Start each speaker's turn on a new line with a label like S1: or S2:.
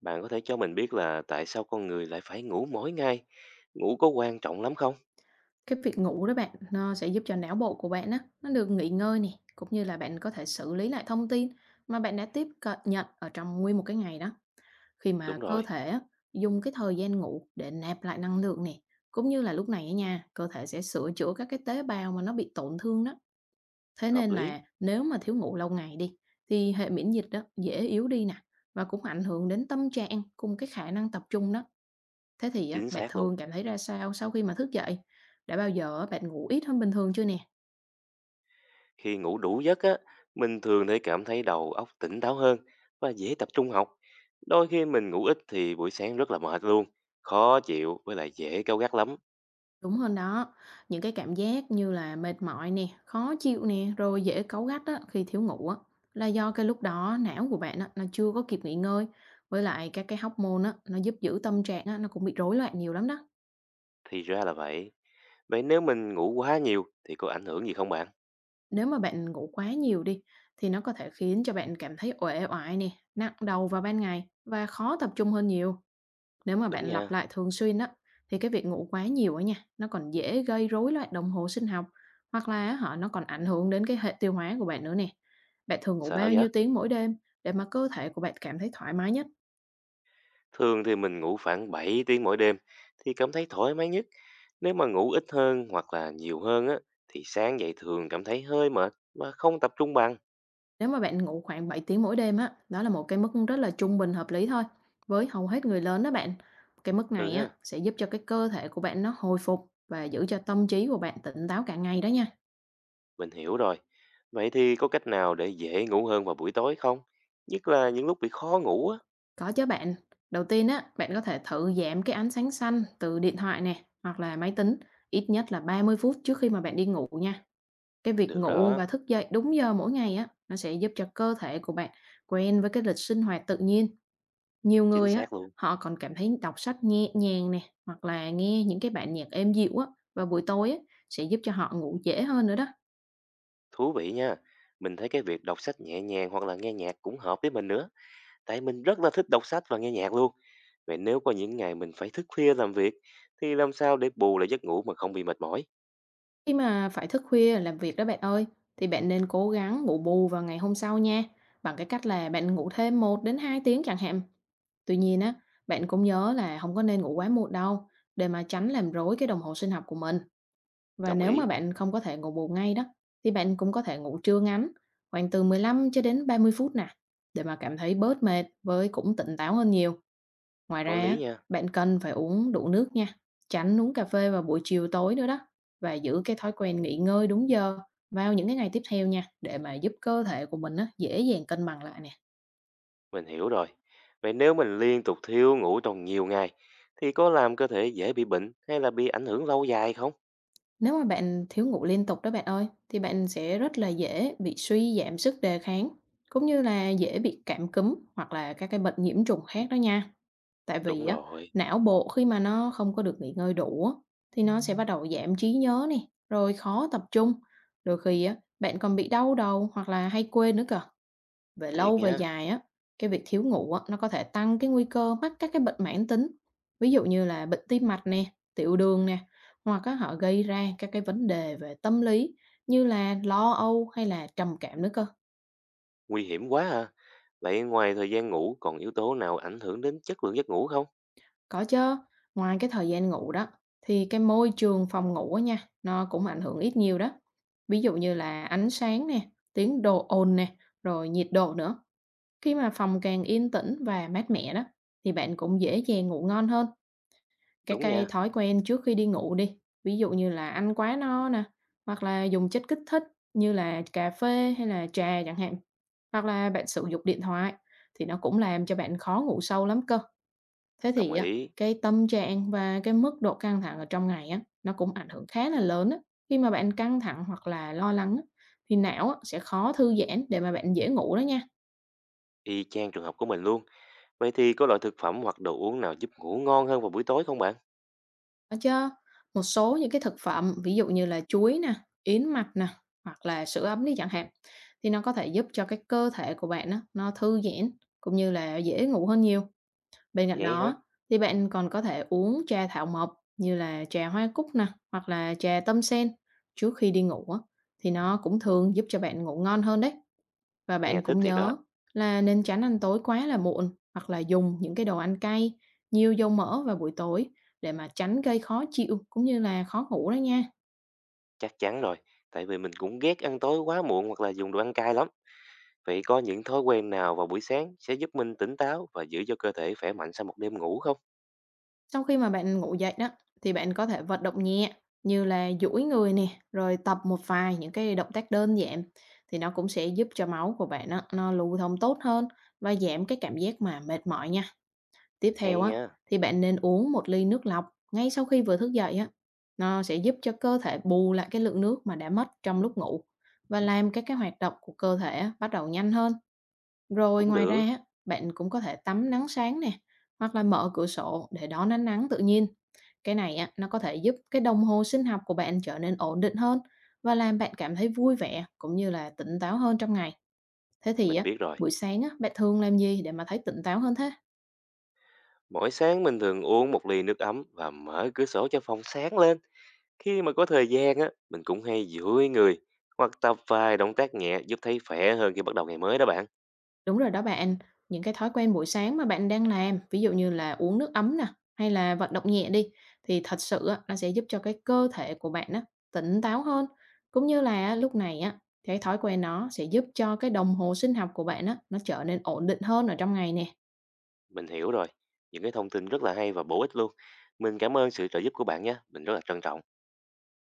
S1: Bạn có thể cho mình biết là tại sao con người lại phải ngủ mỗi ngày? Ngủ có quan trọng lắm không?
S2: Cái việc ngủ đó bạn, nó sẽ giúp cho não bộ của bạn á, nó được nghỉ ngơi nè, cũng như là bạn có thể xử lý lại thông tin mà bạn đã tiếp cận nhận ở trong nguyên một cái ngày đó. Khi
S1: Đúng
S2: mà cơ
S1: rồi,
S2: thể á, dùng cái thời gian ngủ để nạp lại năng lượng nè, cũng như là lúc này á nha, cơ thể sẽ sửa chữa các cái tế bào mà nó bị tổn thương đó. Thế
S1: hợp
S2: nên
S1: lý,
S2: là nếu mà thiếu ngủ lâu ngày đi, thì hệ miễn dịch đó dễ yếu đi nè, và cũng ảnh hưởng đến tâm trạng cùng cái khả năng tập trung đó. Thế thì á,
S1: chính
S2: bạn
S1: xác luôn.
S2: thường cảm thấy ra sao sau khi mà thức dậy? Đã bao giờ á, bạn ngủ ít hơn bình thường chưa nè?
S1: Khi ngủ đủ giấc á, mình thường cảm thấy đầu óc tỉnh táo hơn và dễ tập trung học. Đôi khi mình ngủ ít thì buổi sáng rất là mệt luôn, khó chịu với lại dễ cáu gắt lắm.
S2: Đúng hơn đó, những cái cảm giác như là mệt mỏi nè, khó chịu nè, rồi dễ cáu gắt á, khi thiếu ngủ á, là do cái lúc đó não của bạn á, nó chưa có kịp nghỉ ngơi. Với lại các cái hormone á, nó giúp giữ tâm trạng á, nó cũng bị rối loạn nhiều lắm đó.
S1: Thì ra là vậy. Vậy nếu mình ngủ quá nhiều thì có ảnh hưởng gì không bạn?
S2: Nếu mà bạn ngủ quá nhiều đi, thì nó có thể khiến cho bạn cảm thấy uể oải nè, nặng đầu vào ban ngày và khó tập trung hơn nhiều. Nếu mà bạn
S1: Đúng
S2: lặp
S1: nha,
S2: lại thường xuyên á, thì cái việc ngủ quá nhiều á nha, nó còn dễ gây rối loạn đồng hồ sinh học hoặc là á họ nó còn ảnh hưởng đến cái hệ tiêu hóa của bạn nữa nè. Bạn thường ngủ
S1: sợ
S2: bao
S1: vậy?
S2: nhiêu tiếng mỗi đêm để mà cơ thể của bạn cảm thấy thoải mái nhất?
S1: Thường thì mình ngủ khoảng 7 tiếng mỗi đêm thì cảm thấy thoải mái nhất. Nếu mà ngủ ít hơn hoặc là nhiều hơn á thì sáng dậy thường cảm thấy hơi mệt và không tập trung bằng.
S2: Nếu mà bạn ngủ khoảng 7 tiếng mỗi đêm á, đó là một cái mức rất là trung bình hợp lý thôi. Với hầu hết người lớn đó bạn, cái mức
S1: Ừ
S2: này á
S1: ha,
S2: sẽ giúp cho cái cơ thể của bạn nó hồi phục và giữ cho tâm trí của bạn tỉnh táo cả ngày đó nha.
S1: mình hiểu rồi. Vậy thì có cách nào để dễ ngủ hơn vào buổi tối không? Nhất là những lúc bị khó ngủ á.
S2: Có chứ bạn. Đầu tiên á, bạn có thể thử giảm cái ánh sáng xanh từ điện thoại nè, hoặc là máy tính, ít nhất là 30 phút trước khi mà bạn đi ngủ nha. Cái việc
S1: Được
S2: ngủ
S1: đó,
S2: và thức dậy đúng giờ mỗi ngày á, nó sẽ giúp cho cơ thể của bạn quen với cái lịch sinh hoạt tự nhiên. Nhiều
S1: chính
S2: người á,
S1: xác luôn.
S2: họ còn cảm thấy đọc sách nhẹ nhàng nè, hoặc là nghe những cái bản nhạc êm dịu á, vào buổi tối á, sẽ giúp cho họ ngủ dễ hơn nữa đó.
S1: Thú vị nha. Mình thấy cái việc đọc sách nhẹ nhàng hoặc là nghe nhạc cũng hợp với mình nữa. Tại mình rất là thích đọc sách và nghe nhạc luôn. Vậy nếu có những ngày mình phải thức khuya làm việc thì làm sao để bù lại giấc ngủ mà không bị mệt mỏi?
S2: Khi mà phải thức khuya làm việc đó bạn ơi, thì bạn nên cố gắng ngủ bù vào ngày hôm sau nha, bằng cái cách là bạn ngủ thêm một đến 2 tiếng chẳng hạn. Tuy nhiên á, bạn cũng nhớ là không có nên ngủ quá muộn đâu, để mà tránh làm rối cái đồng hồ sinh học của mình. Và
S1: Đồng
S2: nếu mà
S1: ý,
S2: bạn không có thể ngủ bù ngay đó, thì bạn cũng có thể ngủ trưa ngắn, khoảng từ 15 cho đến 30 phút nè, để mà cảm thấy bớt mệt với cũng tỉnh táo hơn nhiều. Ngoài ra
S1: có lý
S2: á,
S1: nha,
S2: bạn cần phải uống đủ nước nha, tránh uống cà phê vào buổi chiều tối nữa đó và giữ cái thói quen nghỉ ngơi đúng giờ vào những cái ngày tiếp theo nha để mà giúp cơ thể của mình á, dễ dàng cân bằng lại nè.
S1: mình hiểu rồi. Vậy nếu mình liên tục thiếu ngủ trong nhiều ngày thì có làm cơ thể dễ bị bệnh hay là bị ảnh hưởng lâu dài không?
S2: Nếu mà bạn thiếu ngủ liên tục đó bạn ơi, thì bạn sẽ rất là dễ bị suy giảm sức đề kháng cũng như là dễ bị cảm cúm hoặc là các cái bệnh nhiễm trùng khác đó nha. Tại vì
S1: Đúng
S2: á,
S1: rồi,
S2: não bộ khi mà nó không có được nghỉ ngơi đủ á, thì nó sẽ bắt đầu giảm trí nhớ này rồi khó tập trung. Đôi khi á, bạn còn bị đau đầu hoặc là hay quên nữa cơ. Về lâu
S1: thiệt
S2: về
S1: nha,
S2: dài á, cái việc thiếu ngủ á, nó có thể tăng cái nguy cơ mắc các cái bệnh mãn tính. Ví dụ như là bệnh tim mạch nè, tiểu đường nè, hoặc á, họ gây ra các cái vấn đề về tâm lý như là lo âu hay là trầm cảm nữa cơ.
S1: nguy hiểm quá à. Vậy ngoài thời gian ngủ còn yếu tố nào ảnh hưởng đến chất lượng giấc ngủ không?
S2: Có chứ, ngoài cái thời gian ngủ đó, thì cái môi trường phòng ngủ á nha, nó cũng ảnh hưởng ít nhiều đó. Ví dụ như là ánh sáng nè, tiếng đồ ồn nè, rồi nhiệt độ nữa. Khi mà phòng càng yên tĩnh và mát mẻ đó, thì bạn cũng dễ dàng ngủ ngon hơn. Các
S1: Đúng
S2: cái
S1: nha,
S2: thói quen trước khi đi ngủ đi, ví dụ như là ăn quá no nè, hoặc là dùng chất kích thích như là cà phê hay là trà chẳng hạn, hoặc là bạn sử dụng điện thoại, thì nó cũng làm cho bạn khó ngủ sâu lắm cơ. Thế
S1: đồng
S2: thì á,
S1: ý,
S2: cái tâm trạng và cái mức độ căng thẳng ở trong ngày á, nó cũng ảnh hưởng khá là lớn á. Khi mà bạn căng thẳng hoặc là lo lắng á, thì não á, sẽ khó thư giãn để mà bạn dễ ngủ đó nha.
S1: y chang trường hợp của mình luôn. Vậy thì có loại thực phẩm hoặc đồ uống nào giúp ngủ ngon hơn vào buổi tối không bạn?
S2: Đó chứ, một số những cái thực phẩm ví dụ như là chuối nè, yến mạch nè, hoặc là sữa ấm đi chẳng hạn, thì nó có thể giúp cho cái cơ thể của bạn á, nó thư giãn cũng như là dễ ngủ hơn nhiều. Bên cạnh
S1: Vậy hả?
S2: đó thì bạn còn có thể uống trà thảo mộc như là trà hoa cúc nè, hoặc là trà tâm sen trước khi đi ngủ á, thì nó cũng thường giúp cho bạn ngủ ngon hơn đấy. Và
S1: Nghe
S2: bạn
S1: thích
S2: cũng
S1: thiệt đó,
S2: nhớ là nên tránh ăn tối quá là muộn hoặc là dùng những cái đồ ăn cay, nhiều dầu mỡ vào buổi tối để mà tránh gây khó chịu cũng như là khó ngủ đó nha.
S1: chắc chắn rồi. Tại vì mình cũng ghét ăn tối quá muộn hoặc là dùng đồ ăn cay lắm. Vậy có những thói quen nào vào buổi sáng sẽ giúp mình tỉnh táo và giữ cho cơ thể khỏe mạnh sau một đêm ngủ không?
S2: Sau khi mà bạn ngủ dậy đó, thì bạn có thể vận động nhẹ như là duỗi người nè, rồi tập một vài những cái động tác đơn giản thì nó cũng sẽ giúp cho máu của bạn á, nó lưu thông tốt hơn và giảm cái cảm giác mà mệt mỏi nha. Tiếp
S1: Hay
S2: theo á,
S1: nha,
S2: thì bạn nên uống một ly nước lọc ngay sau khi vừa thức dậy á. Nó sẽ giúp cho cơ thể bù lại cái lượng nước mà đã mất trong lúc ngủ và làm các cái hoạt động của cơ thể á, bắt đầu nhanh hơn. Rồi
S1: cũng
S2: ngoài ra
S1: được,
S2: á, bạn cũng có thể tắm nắng sáng nè, hoặc là mở cửa sổ để đón ánh nắng tự nhiên. Cái này á, nó có thể giúp cái đồng hồ sinh học của bạn trở nên ổn định hơn và làm bạn cảm thấy vui vẻ cũng như là tỉnh táo hơn trong ngày. Thế thì
S1: mình
S2: á,
S1: biết rồi.
S2: buổi sáng á, bạn thường làm gì để mà thấy tỉnh táo hơn thế?
S1: Mỗi sáng mình thường uống một ly nước ấm và mở cửa sổ cho phòng sáng lên. Khi mà có thời gian á, mình cũng hay duỗi người hoặc tập vài động tác nhẹ giúp thấy khỏe hơn khi bắt đầu ngày mới đó bạn.
S2: Đúng rồi đó bạn, những cái thói quen buổi sáng mà bạn đang làm, ví dụ như là uống nước ấm nè, hay là vận động nhẹ đi, thì thật sự á, nó sẽ giúp cho cái cơ thể của bạn á, tỉnh táo hơn. Cũng như là á, lúc này á, cái thói quen nó sẽ giúp cho cái đồng hồ sinh học của bạn á, nó trở nên ổn định hơn ở trong ngày nè.
S1: Mình hiểu rồi, những cái thông tin rất là hay và bổ ích luôn. Mình cảm ơn sự trợ giúp của bạn nhé, mình rất là trân trọng.